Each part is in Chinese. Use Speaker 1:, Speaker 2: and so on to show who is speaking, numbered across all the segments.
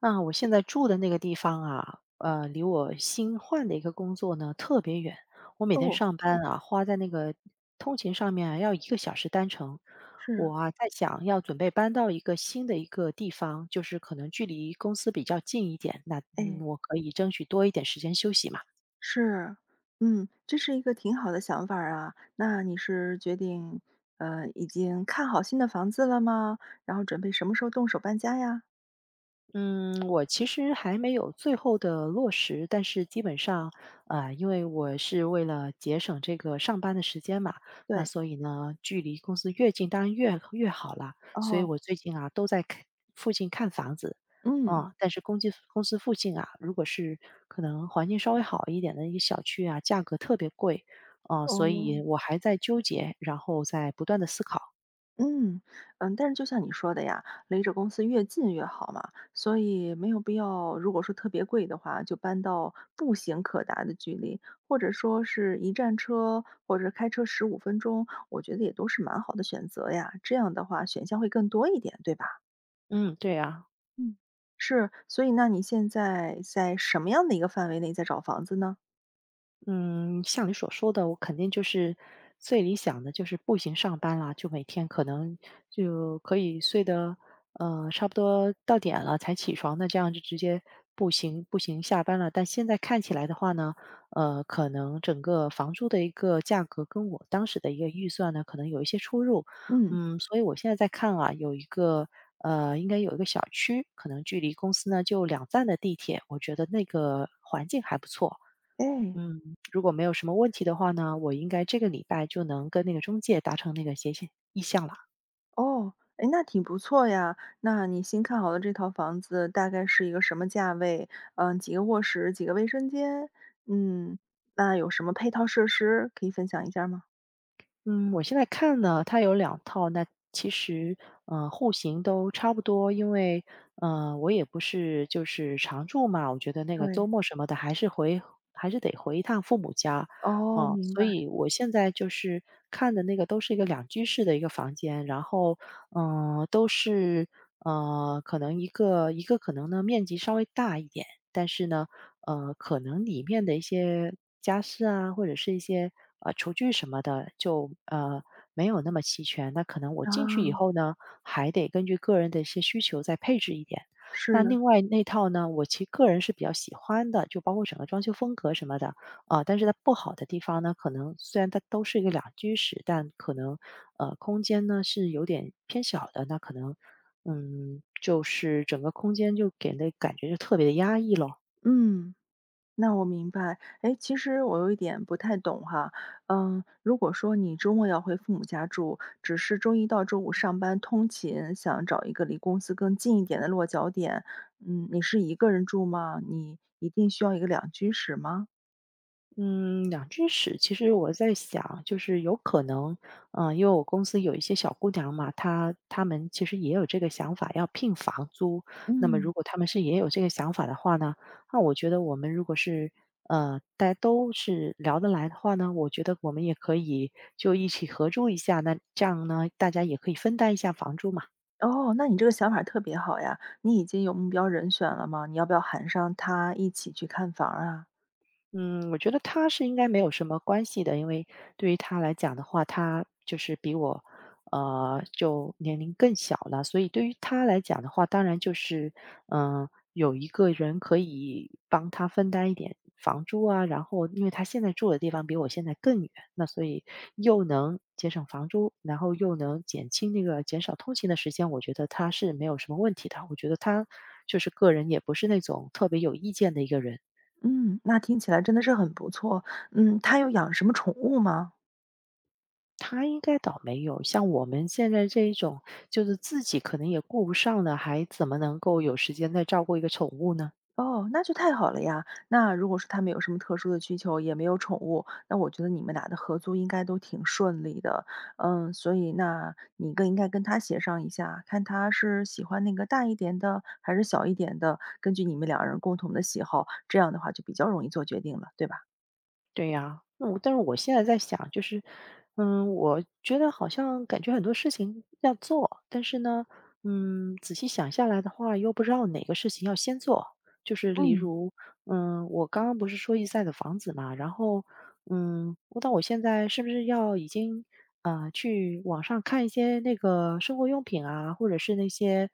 Speaker 1: 那我现在住的那个地方啊，离我新换的一个工作呢特别远。我每天
Speaker 2: 哦，
Speaker 1: 上班啊，花在那个通勤上面啊，要一个小时单程。我
Speaker 2: 是，
Speaker 1: 啊在想要准备搬到一个新的一个地方，就是可能距离公司比较近一点，那
Speaker 2: 哎，
Speaker 1: 我可以争取多一点时间休息嘛。
Speaker 2: 是，嗯，这是一个挺好的想法儿啊。那你是决定，已经看好新的房子了吗？然后准备什么时候动手搬家呀？
Speaker 1: 嗯，我其实还没有最后的落实，但是基本上，啊，因为我是为了节省这个上班的时间嘛，那
Speaker 2: 对，
Speaker 1: 所以呢，距离公司越近当然越好了。所以
Speaker 2: 哦，
Speaker 1: 我最近啊都在看附近看房子，
Speaker 2: 嗯，
Speaker 1: 嗯，但是公司附近啊，如果是可能环境稍微好一点的一个小区啊，价格特别贵，哦、所
Speaker 2: 哦。
Speaker 1: 以我还在纠结，然后在不断的思考。
Speaker 2: 嗯，嗯，但是就像你说的呀，离着公司越近越好嘛，所以没有必要，如果说特别贵的话，就搬到步行可达的距离，或者说是一站车，或者开车15分钟，我觉得也都是蛮好的选择呀。这样的话，选项会更多一点，对吧？
Speaker 1: 嗯，对啊。
Speaker 2: 嗯，是，所以那你现在在什么样的一个范围内在找房子呢？
Speaker 1: 嗯，像你所说的，我肯定就是最理想的就是步行上班啦，就每天可能就可以睡得差不多到点了才起床，那这样就直接步行下班了。但现在看起来的话呢，可能整个房租的一个价格跟我当时的一个预算呢，可能有一些出入。
Speaker 2: 嗯，
Speaker 1: 嗯，所以我现在在看啊，有一个。应该有一个小区，可能距离公司呢就两站的地铁，我觉得那个环境还不错，
Speaker 2: 哎。
Speaker 1: 嗯，如果没有什么问题的话呢，我应该这个礼拜就能跟那个中介达成那个协议意向了。
Speaker 2: 哦，哎，那挺不错呀。那你新看好的这套房子大概是一个什么价位？嗯，几个卧室，几个卫生间？嗯，那有什么配套设施可以分享一下吗？
Speaker 1: 嗯，我现在看呢，它有两套，那其实，户型都差不多。因为，我也不是就是常住嘛，我觉得那个周
Speaker 2: 对，
Speaker 1: 末什么的还是回还是得回一趟父母家。
Speaker 2: 哦，
Speaker 1: 哦，
Speaker 2: 明
Speaker 1: 所
Speaker 2: 白，
Speaker 1: 以我现在就是看的那个都是一个两居室的一个房间，然后，嗯，都是，可能一个可能呢面积稍微大一点，但是呢，可能里面的一些家饰啊，或者是一些厨具什么的，就没有那么齐全。那可能我进去以
Speaker 2: 啊，
Speaker 1: 后呢，还得根据个人的一些需求再配置一点。那
Speaker 2: 是，
Speaker 1: 另外那套呢，我其实个人是比较喜欢的，就包括整个装修风格什么的啊、但是它不好的地方呢，可能虽然它都是一个两居室，但可能空间呢是有点偏小的，那可能就是整个空间就给人的感觉就特别的压抑咯。
Speaker 2: 嗯。那我明白。哎，其实我有一点不太懂哈，嗯，如果说你周末要回父母家住，只是周一到周五上班通勤，想找一个离公司更近一点的落脚点，嗯，你是一个人住吗？你一定需要一个两居室吗？
Speaker 1: 嗯，两件事，其实我在想，就是有可能，嗯、因为我公司有一些小姑娘嘛，她们其实也有这个想法，要聘房租。那么，如
Speaker 2: 嗯。
Speaker 1: 果她们是也有这个想法的话呢，那我觉得我们如果是大家都是聊得来的话呢，我觉得我们也可以就一起合租一下。那这样呢，大家也可以分担一下房租嘛。
Speaker 2: 哦，那你这个想法特别好呀，你已经有目标人选了吗？你要不要喊上他一起去看房啊？
Speaker 1: 嗯，我觉得他是应该没有什么关系的，因为对于他来讲的话，他就是比我，就年龄更小了，所以对于他来讲的话，当然就是，嗯、有一个人可以帮他分担一点房租啊，然后因为他现在住的地方比我现在更远，那所以又能节省房租，然后又能减轻那个减少通勤的时间，我觉得他是没有什么问题的，我觉得他就是个人也不是那种特别有意见的一个人。
Speaker 2: 嗯，那听起来真的是很不错。嗯，他有养什么宠物吗？
Speaker 1: 他应该倒没有，像我们现在这一种，就是自己可能也顾不上的，还怎么能够有时间再照顾一个宠物呢？
Speaker 2: 哦，那就太好了呀。那如果说他们有什么特殊的需求，也没有宠物，那我觉得你们俩的合租应该都挺顺利的。嗯，所以那你更应该跟他协商一下，看他是喜欢那个大一点的还是小一点的，根据你们两人共同的喜好，这样的话就比较容易做决定了，对吧？
Speaker 1: 对呀，那我但是我现在在想，就是，嗯，我觉得好像感觉很多事情要做，但是呢，嗯，仔细想下来的话，又不知道哪个事情要先做。就是例
Speaker 2: 嗯，
Speaker 1: 如，嗯，我刚刚不是说一再的房子嘛，然后，嗯，我到我现在是不是要已经，去网上看一些那个生活用品啊，或者是那些，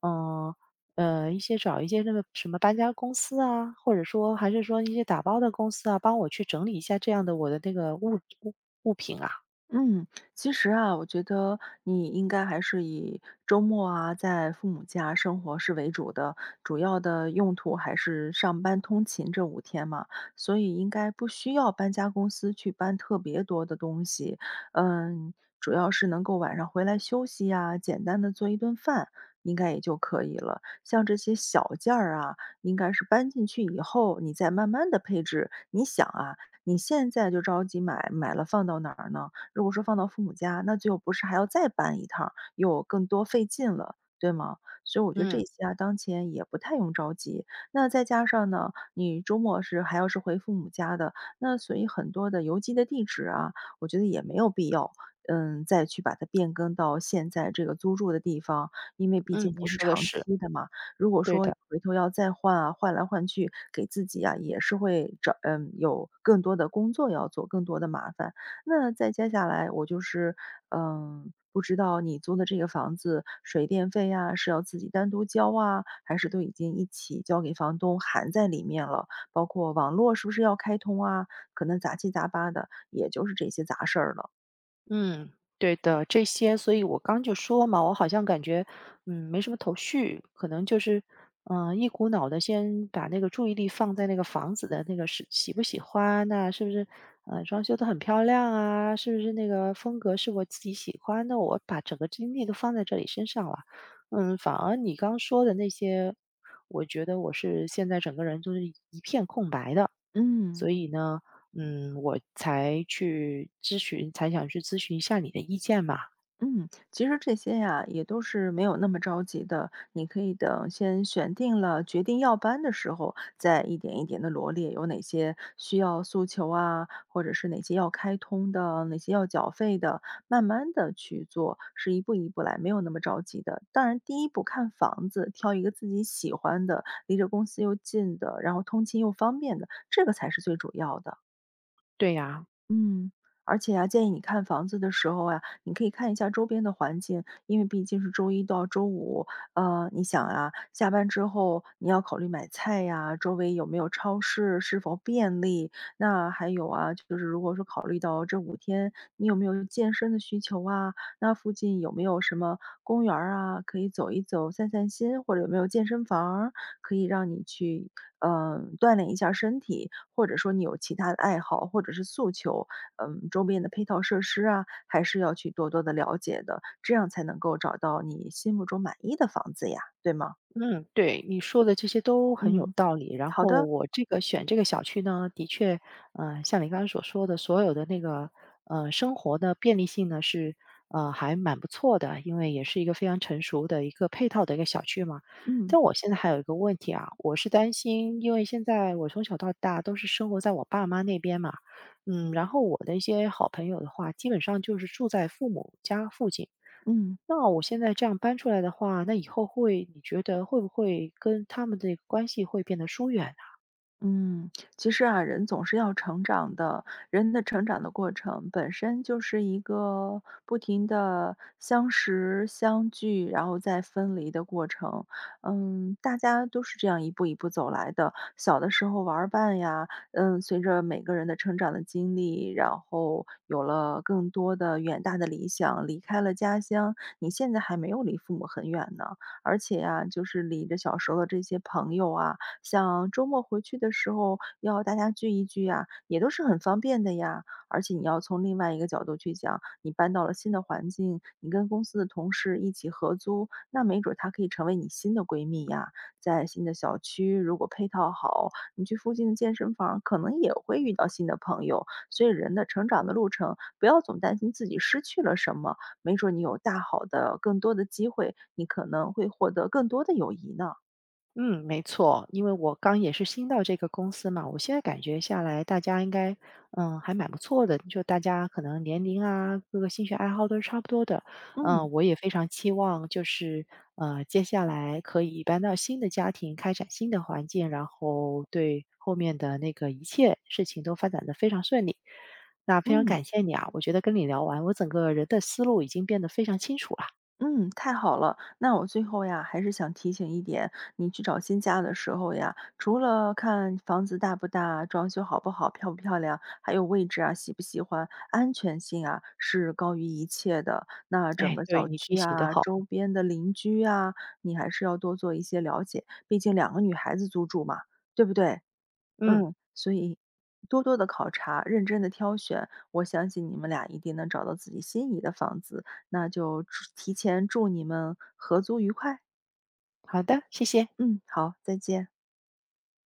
Speaker 1: 嗯、一些找一些那个什么搬家公司啊，或者说还是说一些打包的公司啊，帮我去整理一下这样的我的那个物品啊。
Speaker 2: 嗯，其实啊，我觉得你应该还是以周末啊，在父母家生活是为主的，主要的用途还是上班通勤这五天嘛，所以应该不需要搬家公司去搬特别多的东西。嗯，主要是能够晚上回来休息呀，简单的做一顿饭，应该也就可以了。像这些小件儿啊，应该是搬进去以后，你再慢慢的配置。你想啊，你现在就着急买，买了放到哪儿呢？如果说放到父母家，那就不是还要再搬一趟，又更多费劲了，对吗？所以我觉得这
Speaker 1: 嗯，
Speaker 2: 些啊，当前也不太用着急。那再加上呢，你周末是还要是回父母家的，那所以很多的邮寄的地址啊，我觉得也没有必要，嗯，再去把它变更到现在这个租住的地方，因为毕
Speaker 1: 嗯，
Speaker 2: 竟
Speaker 1: 你
Speaker 2: 不是
Speaker 1: 说的
Speaker 2: 长
Speaker 1: 是，
Speaker 2: 期的嘛。如果
Speaker 1: 对
Speaker 2: 说你
Speaker 1: 的。
Speaker 2: 回头要再换啊，换来换去，给自己啊也是会找有更多的工作要做，更多的麻烦。那再接下来我就是，嗯，不知道你租的这个房子，水电费啊，是要自己单独交啊，还是都已经一起交给房东含在里面了？包括网络是不是要开通啊？可能杂七杂八的，也就是这些杂事儿了。
Speaker 1: 嗯，对的，这些，所以我刚就说嘛，我好像感觉，嗯，没什么头绪，可能就是，嗯、一股脑的先把那个注意力放在那个房子的那个是喜不喜欢呐、是不是，装修的很漂亮啊，是不是那个风格是我自己喜欢的，我把整个精力都放在这里身上了，嗯，反而你刚说的那些，我觉得我是现在整个人就是一片空白的，
Speaker 2: 嗯。
Speaker 1: 所以呢，嗯，我才想去咨询一下你的意见嘛。
Speaker 2: 嗯，其实这些呀，也都是没有那么着急的。你可以等先选定了决定要搬的时候，再一点一点的罗列有哪些需要诉求啊，或者是哪些要开通的，哪些要缴费的，慢慢的去做，是一步一步来，没有那么着急的。当然，第一步看房子，挑一个自己喜欢的，离着公司又近的，然后通勤又方便的，这个才是最主要的。
Speaker 1: 对呀。
Speaker 2: 嗯，而且啊，建议你看房子的时候啊，你可以看一下周边的环境，因为毕竟是周一到周五，你想啊，下班之后你要考虑买菜呀，周围有没有超市，是否便利？那还有啊，就是如果说考虑到这五天你有没有健身的需求啊，那附近有没有什么公园儿啊，可以走一走、散散心，或者有没有健身房儿可以让你去，嗯，锻炼一下身体，或者说你有其他的爱好或者是诉求，嗯，周边的配套设施啊，还是要去多多的了解的，这样才能够找到你心目中满意的房子呀，对吗？
Speaker 1: 嗯，对，你说的这些都很有
Speaker 2: 嗯，
Speaker 1: 道理。然
Speaker 2: 好
Speaker 1: 后
Speaker 2: 的，
Speaker 1: 我这个选这个小区呢，的确，像你刚刚所说的，所有的那个生活的便利性呢是还蛮不错的，因为也是一个非常成熟的一个配套的一个小区嘛。
Speaker 2: 嗯，
Speaker 1: 但我现在还有一个问题啊，我是担心，因为现在我从小到大都是生活在我爸妈那边嘛，嗯，然后我的一些好朋友的话，基本上就是住在父母家附近。
Speaker 2: 嗯。
Speaker 1: 那我现在这样搬出来的话，那以后会你觉得会不会跟他们的关系会变得疏远？
Speaker 2: 嗯，其实啊，人总是要成长的，人的成长的过程本身就是一个不停的相识、相聚，然后再分离的过程。嗯，大家都是这样一步一步走来的。小的时候玩儿伴呀，嗯，随着每个人的成长的经历，然后有了更多的远大的理想，离开了家乡。你现在还没有离父母很远呢，而且呀、就是离着小时候的这些朋友啊，像周末回去的时候要大家聚一聚呀，也都是很方便的呀。而且你要从另外一个角度去讲，你搬到了新的环境，你跟公司的同事一起合租，那没准儿她可以成为你新的闺蜜呀。在新的小区，如果配套好，你去附近的健身房可能也会遇到新的朋友。所以人的成长的路程，不要总担心自己失去了什么，没准儿你有大好的更多的机会，你可能会获得更多的友谊呢。
Speaker 1: 嗯，没错，因为我刚也是新到这个公司嘛，我现在感觉下来，大家应该，嗯，还蛮不错的。就大家可能年龄啊，各个兴趣爱好都是差不多的。嗯，
Speaker 2: 嗯
Speaker 1: 我也非常期望，就是接下来可以搬到新的家庭，开展新的环境，然后对后面的那个一切事情都发展的非常顺利。那非常
Speaker 2: 嗯。
Speaker 1: 感谢你啊，我觉得跟你聊完，我整个人的思路已经变得非常清楚了。
Speaker 2: 嗯，太好了。那我最后呀，还是想提醒一点，你去找新家的时候呀，除了看房子大不大、装修好不好、漂不漂亮，还有位置啊、喜不喜欢、安全性啊，是高于一切的。那整
Speaker 1: 哎，
Speaker 2: 个
Speaker 1: 对
Speaker 2: 小
Speaker 1: 你提
Speaker 2: 区
Speaker 1: 醒的
Speaker 2: 啊、
Speaker 1: 好，
Speaker 2: 周边的邻居啊，你还是要多做一些了解，毕竟两个女孩子租住嘛，对不对？
Speaker 1: 嗯，
Speaker 2: 嗯，所以多多的考察，认真的挑选，我相信你们俩一定能找到自己心仪的房子，那就祝提前祝你们合租愉快。
Speaker 1: 好的，谢谢。
Speaker 2: 嗯，好，再见。